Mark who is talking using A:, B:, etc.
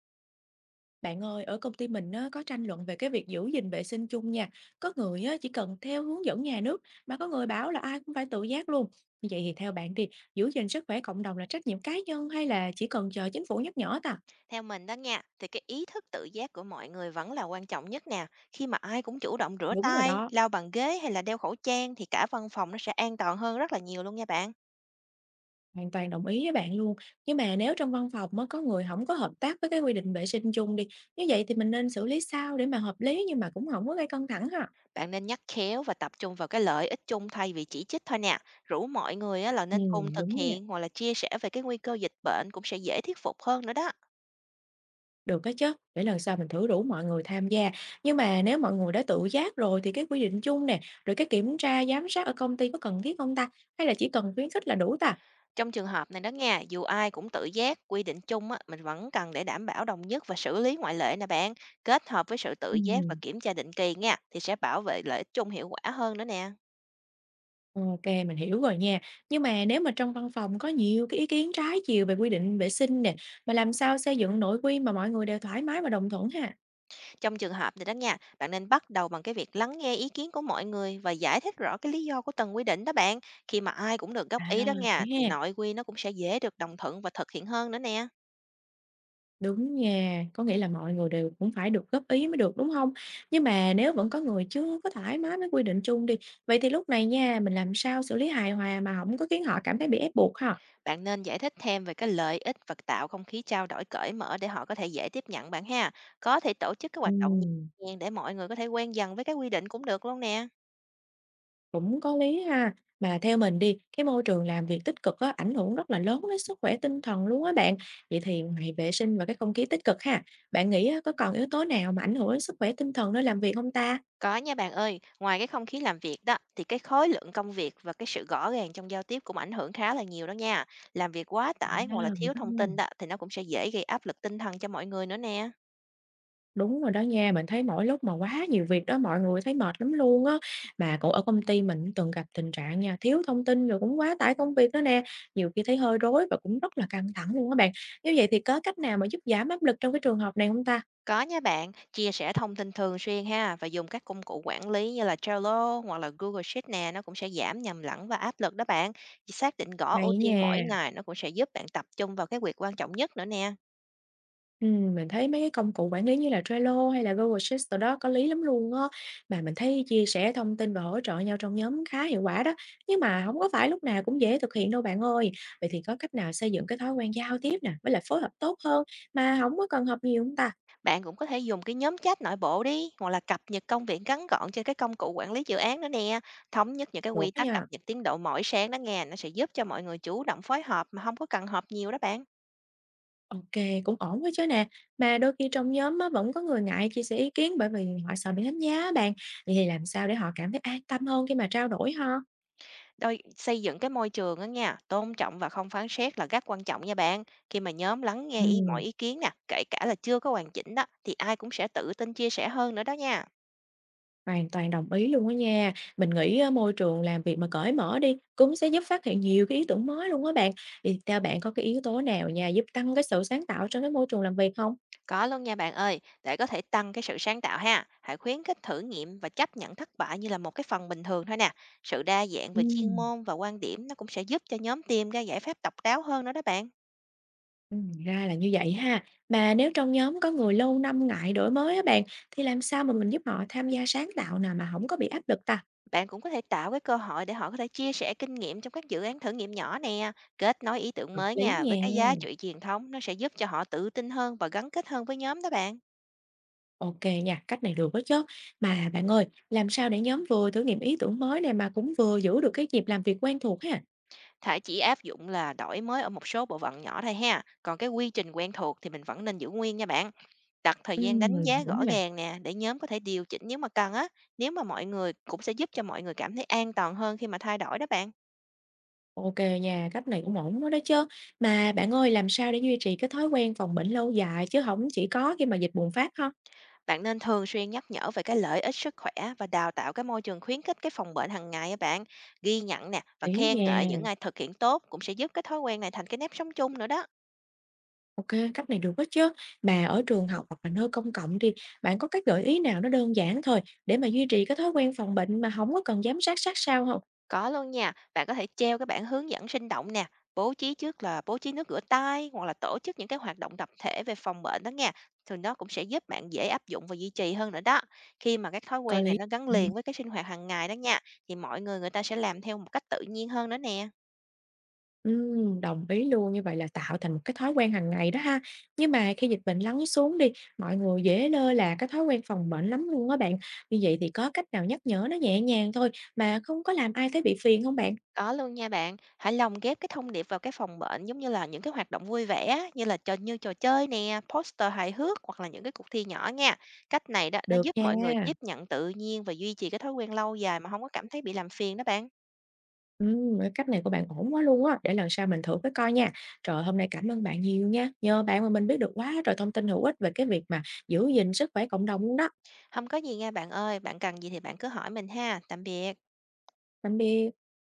A: Bạn ơi, ở công ty mình á, có tranh luận về cái việc giữ gìn vệ sinh chung nha. Có người á, chỉ cần theo hướng dẫn nhà nước, mà có người bảo là ai cũng phải tự giác luôn. Như vậy thì theo bạn thì giữ gìn sức khỏe cộng đồng là trách nhiệm cá nhân hay là chỉ cần chờ chính phủ nhắc nhở ta?
B: Theo mình đó nha, thì cái ý thức tự giác của mọi người vẫn là quan trọng nhất nè. Khi mà ai cũng chủ động rửa
A: Đúng rồi
B: tay,
A: đó,
B: lau bàn ghế hay là đeo khẩu trang thì cả văn phòng nó sẽ an toàn hơn rất là nhiều luôn nha bạn.
A: hoàn toàn đồng ý với bạn luôn. Nhưng mà nếu trong văn phòng mới có người không có hợp tác với cái quy định vệ sinh chung đi, như vậy thì mình nên xử lý sao để mà hợp lý nhưng mà cũng không có gây căng thẳng ha?
B: Bạn nên nhắc khéo và tập trung vào cái lợi ích chung thay vì chỉ trích thôi nè. Rủ mọi người á là
A: Ừ,
B: nên cùng thực
A: đúng nha.
B: hiện hoặc là chia sẻ về cái nguy cơ dịch bệnh cũng sẽ dễ thuyết phục hơn nữa đó.
A: Được á chứ, để lần sau mình thử rủ mọi người tham gia. Nhưng mà nếu mọi người đã tự giác rồi thì cái quy định chung nè, rồi cái kiểm tra, giám sát ở công ty có cần thiết không ta? Hay là chỉ cần khuyến khích là đủ ta?
B: Trong trường hợp này đó nha, dù ai cũng tự giác, quy định chung á, mình vẫn cần để đảm bảo đồng nhất và xử lý ngoại lệ nè bạn. Kết hợp với sự tự giác và
A: Ừm,
B: kiểm tra định kỳ nha, thì sẽ bảo vệ lợi ích chung hiệu quả hơn nữa nè.
A: Ok, mình hiểu rồi nha. Nhưng mà nếu mà trong văn phòng có nhiều cái ý kiến trái chiều về quy định vệ sinh nè, mà làm sao xây dựng nội quy mà mọi người đều thoải mái và đồng thuận ha?
B: Trong trường hợp này đó nha, bạn nên bắt đầu bằng cái việc lắng nghe ý kiến của mọi người và giải thích rõ cái lý do của từng quy định đó bạn. Khi mà ai cũng được
A: À,
B: góp ý đó
A: vậy
B: nha, thì
A: ha.
B: nội quy nó cũng sẽ dễ được đồng thuận và thực hiện hơn nữa nè.
A: Đúng nha, có nghĩa là mọi người đều cũng phải được góp ý mới được, đúng không? Nhưng mà nếu vẫn có người chưa có thoải mái với quy định chung đi, vậy thì lúc này nha, mình làm sao xử lý hài hòa mà không có khiến họ cảm thấy bị ép buộc ha?
B: Bạn nên giải thích thêm về cái lợi ích và tạo không khí trao đổi cởi mở để họ có thể dễ tiếp nhận bạn ha. Có thể tổ chức các hoạt động nhẹ
A: Ừm,
B: nhàng để mọi người có thể quen dần với các quy định cũng được luôn nè.
A: cũng có lý ha. Mà theo mình đi, cái môi trường làm việc tích cực á, ảnh hưởng rất là lớn đến sức khỏe tinh thần luôn á bạn. Vậy thì ngoài vệ sinh và cái không khí tích cực ha, bạn nghĩ á, có còn yếu tố nào mà ảnh hưởng đến sức khỏe tinh thần nơi làm việc không ta?
B: Có nha bạn ơi, ngoài cái không khí làm việc đó thì cái khối lượng công việc và cái sự rõ ràng trong giao tiếp cũng ảnh hưởng khá là nhiều đó nha. Làm việc quá tải
A: À,
B: hoặc là
A: vậy
B: thiếu
A: đó.
B: thông tin đó thì nó cũng sẽ dễ gây áp lực tinh thần cho mọi người nữa nè.
A: Đúng rồi đó nha, mình thấy mỗi lúc mà quá nhiều việc đó, mọi người thấy mệt lắm luôn á. Mà cũng ở công ty mình cũng từng gặp tình trạng nha, thiếu thông tin rồi cũng quá tải công việc đó nè, nhiều khi thấy hơi rối và cũng rất là căng thẳng luôn các bạn. Như vậy thì có cách nào mà giúp giảm áp lực trong cái trường hợp này không ta?
B: Có nha bạn, chia sẻ thông tin thường xuyên ha và dùng các công cụ quản lý như là Trello hoặc là Google Sheet nè, nó cũng sẽ giảm nhầm lẫn và áp lực đó bạn. Xác định rõ ưu
A: Hay á
B: tiên mỗi
A: nha.
B: ngày nó cũng sẽ giúp bạn tập trung vào cái việc quan trọng nhất nữa nè.
A: Mình thấy mấy cái công cụ quản lý như là Trello hay là Google Sheets tụi đó có lý lắm luôn á, mà mình thấy chia sẻ thông tin và hỗ trợ nhau trong nhóm khá hiệu quả đó, nhưng mà không có phải lúc nào cũng dễ thực hiện đâu bạn ơi. Vậy thì có cách nào xây dựng cái thói quen giao tiếp nè, với lại phối hợp tốt hơn mà không có cần họp nhiều hông ta?
B: Bạn cũng có thể dùng cái nhóm chat nội bộ đi hoặc là cập nhật công việc ngắn gọn trên cái công cụ quản lý dự án đó nè. Thống nhất những cái
A: Được.
B: quy
A: Á
B: tắc cập
A: nha,
B: nhật tiến độ mỗi sáng đó nghe, nó sẽ giúp cho mọi người chủ động phối hợp mà không có cần họp nhiều đó bạn.
A: ô cũng ổn quá chứ nè, mà đôi khi trong nhóm á vẫn có người ngại chia sẻ ý kiến bởi vì họ sợ bị đánh giá á bạn, vậy thì làm sao để họ cảm thấy an tâm hơn khi mà trao đổi ha?
B: Xây dựng cái môi trường đó nha, tôn trọng và không phán xét là rất quan trọng nha bạn. Khi mà nhóm lắng nghe mọi
A: Ừm.
B: ý kiến nè, kể cả là chưa có hoàn chỉnh đó, thì ai cũng sẽ tự tin chia sẻ hơn nữa đó nha.
A: Hoàn toàn đồng ý luôn á nha. Mình nghĩ á, môi trường làm việc mà cởi mở đi cũng sẽ giúp phát hiện nhiều cái ý tưởng mới luôn á bạn. Thì theo bạn có cái yếu tố nào nha giúp tăng cái sự sáng tạo trong cái môi trường làm việc không?
B: Có luôn nha bạn ơi, để có thể tăng cái sự sáng tạo ha, hãy khuyến khích thử nghiệm và chấp nhận thất bại như là một cái phần bình thường thôi nè. Sự đa dạng về chuyên
A: Ừm,
B: môn và quan điểm nó cũng sẽ giúp cho nhóm tìm ra giải pháp độc đáo hơn nữa đó bạn.
A: Ra là như vậy ha. Mà nếu trong nhóm có người lâu năm ngại đổi mới á bạn thì làm sao mà mình giúp họ tham gia sáng tạo nào mà không có bị áp lực ta?
B: Bạn cũng có thể tạo cái cơ hội để họ có thể chia sẻ kinh nghiệm trong các dự án thử nghiệm nhỏ nè, kết nối ý tưởng
A: Hợp
B: mới
A: lý
B: nha
A: nha.
B: với cái giá trị truyền thống, nó sẽ giúp cho họ tự tin hơn và gắn kết hơn với nhóm đó bạn.
A: Ok nha, cách này được đó chứ. Mà bạn ơi, làm sao để nhóm vừa thử nghiệm ý tưởng mới này mà cũng vừa giữ được cái nhịp làm việc quen thuộc ha?
B: Chỉ áp dụng là đổi mới ở một số bộ phận nhỏ thôi ha, còn cái quy trình quen thuộc thì mình vẫn nên giữ nguyên nha bạn. Đặt thời gian
A: Ừm,
B: đánh giá
A: đúng
B: rõ
A: nè.
B: ràng nè để nhóm có thể điều chỉnh nếu mà cần á, nếu mà mọi người cũng sẽ giúp cho mọi người cảm thấy an toàn hơn khi mà thay đổi đó bạn.
A: OK nha, cách này cũng ổn quá đó chứ. Mà bạn ơi, làm sao để duy trì cái thói quen phòng bệnh lâu dài chứ không chỉ có khi mà dịch bùng phát ha?
B: Bạn nên thường xuyên nhắc nhở về cái lợi ích sức khỏe và đào tạo cái môi trường khuyến khích cái phòng bệnh hàng ngày á bạn. Ghi nhận nè và
A: Đấy
B: khen ngợi
A: nha,
B: những ai thực hiện tốt cũng sẽ giúp cái thói quen này thành cái nếp sống chung nữa đó.
A: OK, cách này được đó chứ. Mà ở trường học hoặc là nơi công cộng thì bạn có cái gợi ý nào nó đơn giản thôi để mà duy trì cái thói quen phòng bệnh mà không có cần giám sát sát sao không?
B: Có luôn nha, bạn có thể treo cái bảng hướng dẫn sinh động nè, bố trí nước rửa tay hoặc là tổ chức những cái hoạt động tập thể về phòng bệnh đó nha. Thì nó cũng sẽ giúp bạn dễ áp dụng và duy trì hơn nữa đó. Khi mà các thói
A: Có
B: quen này
A: lý.
B: nó gắn liền với cái sinh hoạt hàng ngày đó nha, thì mọi người người ta sẽ làm theo một cách tự nhiên hơn nữa nè.
A: Đồng ý luôn, như vậy là tạo thành một cái thói quen hàng ngày đó ha. Nhưng mà khi dịch bệnh lắng xuống đi, mọi người dễ lơ là cái thói quen phòng bệnh lắm luôn á bạn. Như vậy thì có cách nào nhắc nhở nó nhẹ nhàng thôi mà không có làm ai thấy bị phiền không bạn?
B: Có luôn nha bạn, hãy lồng ghép cái thông điệp vào cái phòng bệnh giống như là những cái hoạt động vui vẻ á, như là trò chơi nè, poster hài hước hoặc là những cái cuộc thi nhỏ nha. Cách này đó nó
A: Được
B: giúp mọi người
A: nha.
B: tiếp nhận tự nhiên và duy trì cái thói quen lâu dài mà không có cảm thấy bị làm phiền đó bạn.
A: Cái cách này của bạn ổn quá luôn á, để lần sau mình thử cái coi nha. Trời, hôm nay cảm ơn bạn nhiều nha, nhờ bạn mà mình biết được quá trời thông tin hữu ích về cái việc mà giữ gìn sức khỏe cộng đồng luôn đó.
B: Không có gì nha bạn ơi, bạn cần gì thì bạn cứ hỏi mình ha. Tạm biệt.
A: Tạm biệt.